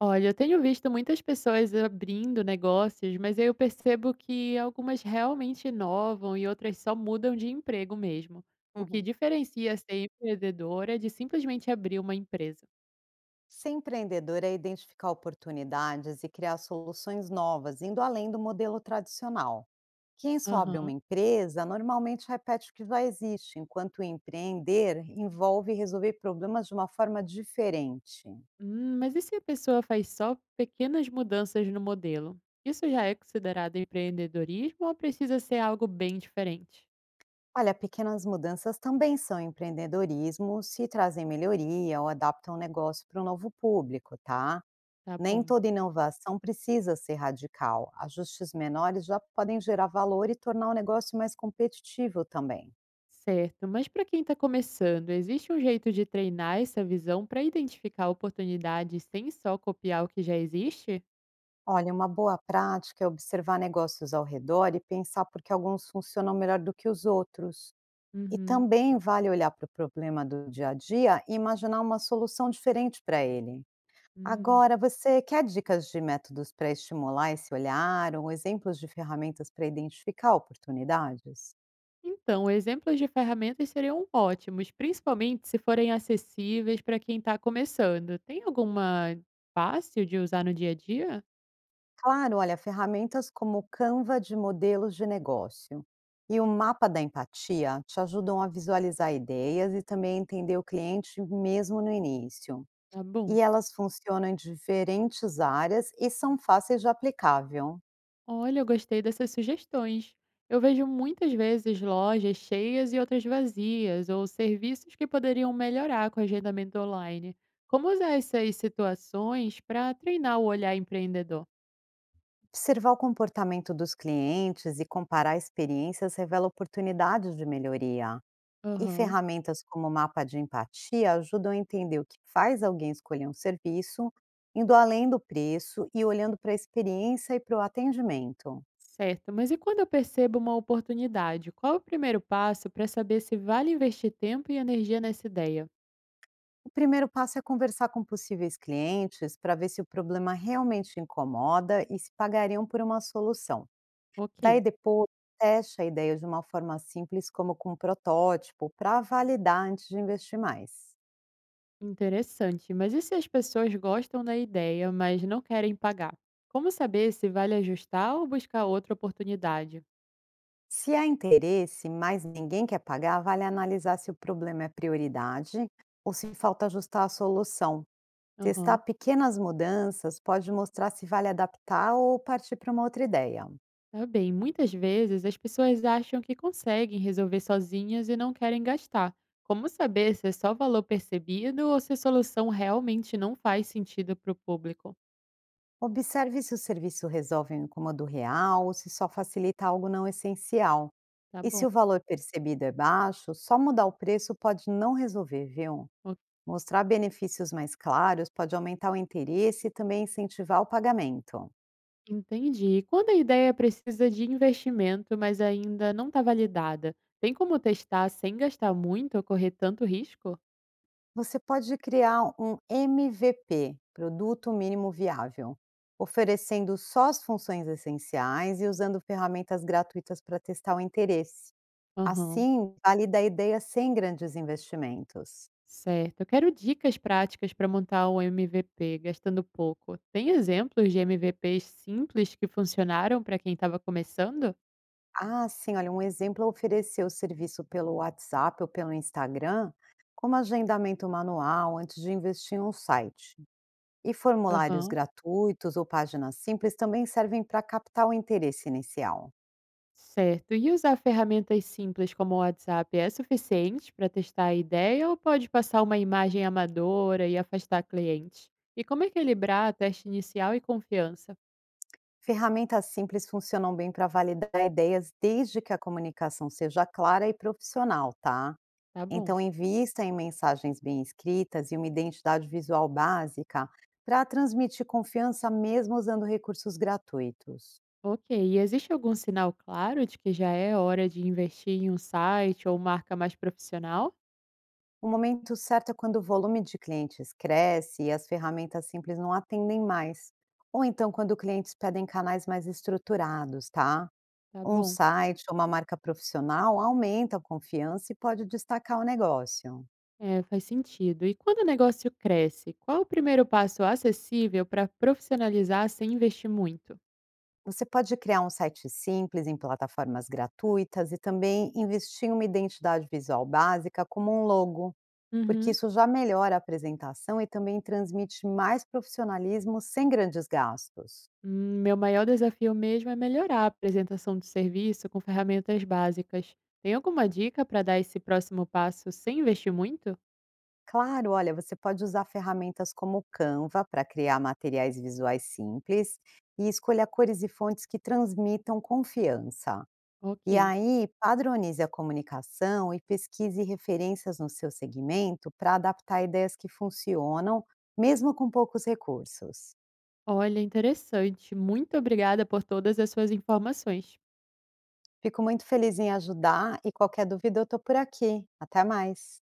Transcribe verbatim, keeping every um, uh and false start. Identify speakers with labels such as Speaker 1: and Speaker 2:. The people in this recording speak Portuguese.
Speaker 1: Olha, eu tenho visto muitas pessoas abrindo negócios, mas eu percebo que algumas realmente inovam e outras só mudam de emprego mesmo. O que
Speaker 2: Uhum.
Speaker 1: diferencia ser empreendedora de simplesmente abrir uma empresa?
Speaker 2: Ser empreendedor é identificar oportunidades e criar soluções novas, indo além do modelo tradicional. Quem só abre uma
Speaker 1: Aham.
Speaker 2: empresa normalmente repete o que já existe, enquanto empreender envolve resolver problemas de uma forma diferente.
Speaker 1: Hum, mas e se a pessoa faz só pequenas mudanças no modelo? Isso já é considerado empreendedorismo ou precisa ser algo bem diferente?
Speaker 2: Olha, pequenas mudanças também são empreendedorismo se trazem melhoria ou adaptam o negócio para um novo público, tá?
Speaker 1: Tá
Speaker 2: Nem
Speaker 1: bom.
Speaker 2: toda inovação precisa ser radical. Ajustes menores já podem gerar valor e tornar o negócio mais competitivo também.
Speaker 1: Certo, mas para quem está começando, existe um jeito de treinar essa visão para identificar oportunidades sem só copiar o que já existe?
Speaker 2: Olha, uma boa prática é observar negócios ao redor e pensar por que alguns funcionam melhor do que os outros. E
Speaker 1: Uhum.
Speaker 2: também vale olhar para o problema do dia a dia e imaginar uma solução diferente para ele.
Speaker 1: Hum.
Speaker 2: Agora, você quer dicas de métodos para estimular esse olhar ou exemplos de ferramentas para identificar oportunidades?
Speaker 1: Então, exemplos de ferramentas seriam ótimos, principalmente se forem acessíveis para quem está começando. Tem alguma fácil de usar no dia a dia?
Speaker 2: Claro, olha, ferramentas como o Canva de modelos de negócio e o mapa da empatia te ajudam a visualizar ideias e também entender o cliente mesmo no início.
Speaker 1: Tá bom.
Speaker 2: E elas funcionam em diferentes áreas e são fáceis de aplicável.
Speaker 1: Olha, eu gostei dessas sugestões. Eu vejo muitas vezes lojas cheias e outras vazias, ou serviços que poderiam melhorar com o agendamento online. Como usar essas situações para treinar o olhar empreendedor?
Speaker 2: Observar o comportamento dos clientes e comparar experiências revela oportunidades de melhoria. E
Speaker 1: Aham,
Speaker 2: ferramentas como o mapa de empatia ajudam a entender o que faz alguém escolher um serviço, indo além do preço e olhando para a experiência e para o atendimento.
Speaker 1: certo. Mas e quando eu percebo uma oportunidade? Qual é o primeiro passo para saber se vale investir tempo e energia nessa ideia?
Speaker 2: O primeiro passo é conversar com possíveis clientes para ver se o problema realmente incomoda e se pagariam por uma solução.
Speaker 1: Ok.
Speaker 2: Daí depois, teste a ideia de uma forma simples, como com um protótipo, para validar antes de investir mais.
Speaker 1: Interessante. Mas e se as pessoas gostam da ideia, mas não querem pagar? Como saber se vale ajustar ou buscar outra oportunidade?
Speaker 2: Se há interesse, mas ninguém quer pagar, vale analisar se o problema é prioridade ou se falta ajustar a solução. Testar
Speaker 1: Aham.
Speaker 2: pequenas mudanças pode mostrar se vale adaptar ou partir para uma outra ideia.
Speaker 1: Tá bem. Muitas vezes as pessoas acham que conseguem resolver sozinhas e não querem gastar. Como saber se é só valor percebido ou se a solução realmente não faz sentido para o público?
Speaker 2: Observe se o serviço resolve um incômodo real ou se só facilita algo não essencial.
Speaker 1: Tá
Speaker 2: E
Speaker 1: bom.
Speaker 2: se o valor percebido é baixo, só mudar o preço pode não resolver, viu?
Speaker 1: Ok,
Speaker 2: Mostrar benefícios mais claros pode aumentar o interesse e também incentivar o pagamento.
Speaker 1: entendi. E quando a ideia precisa de investimento, mas ainda não está validada, tem como testar sem gastar muito ou correr tanto risco?
Speaker 2: Você pode criar um M V P, produto mínimo viável, oferecendo só as funções essenciais e usando ferramentas gratuitas para testar o interesse.
Speaker 1: Aham,
Speaker 2: Assim, valida a ideia sem grandes investimentos.
Speaker 1: certo. Eu quero dicas práticas para montar um M V P gastando pouco. Tem exemplos de M V Ps simples que funcionaram para quem estava começando?
Speaker 2: Ah, sim, olha, um exemplo é oferecer o serviço pelo WhatsApp ou pelo Instagram, como agendamento manual antes de investir em um site. E formulários
Speaker 1: Aham,
Speaker 2: gratuitos ou páginas simples também servem para captar o interesse inicial.
Speaker 1: certo. E usar ferramentas simples como o WhatsApp é suficiente para testar a ideia ou pode passar uma imagem amadora e afastar clientes? E como equilibrar teste inicial e confiança?
Speaker 2: Ferramentas simples funcionam bem para validar ideias desde que a comunicação seja clara e profissional, tá?
Speaker 1: Tá bom.
Speaker 2: Então, invista em mensagens bem escritas e uma identidade visual básica para transmitir confiança mesmo usando recursos gratuitos.
Speaker 1: Ok, e existe algum sinal claro de que já é hora de investir em um site ou marca mais profissional?
Speaker 2: O momento certo é quando o volume de clientes cresce e as ferramentas simples não atendem mais. Ou então, quando clientes pedem canais mais estruturados, tá?
Speaker 1: Tá
Speaker 2: Um
Speaker 1: bom.
Speaker 2: site ou uma marca profissional aumenta a confiança e pode destacar o negócio.
Speaker 1: É, faz sentido. E quando o negócio cresce, qual o primeiro passo acessível para profissionalizar sem investir muito?
Speaker 2: Você pode criar um site simples em plataformas gratuitas e também investir em uma identidade visual básica, como um logo, porque
Speaker 1: Uhum.
Speaker 2: isso já melhora a apresentação e também transmite mais profissionalismo sem grandes gastos.
Speaker 1: Hum, Meu maior desafio mesmo é melhorar a apresentação do serviço com ferramentas básicas. Tem alguma dica para dar esse próximo passo sem investir muito?
Speaker 2: Claro, olha, você pode usar ferramentas como o Canva para criar materiais visuais simples e escolha cores e fontes que transmitam confiança.
Speaker 1: Ok.
Speaker 2: E aí, padronize a comunicação e pesquise referências no seu segmento para adaptar ideias que funcionam, mesmo com poucos recursos.
Speaker 1: Olha, interessante. Muito obrigada por todas as suas informações.
Speaker 2: Fico muito feliz em ajudar e qualquer dúvida eu estou por aqui. Até mais!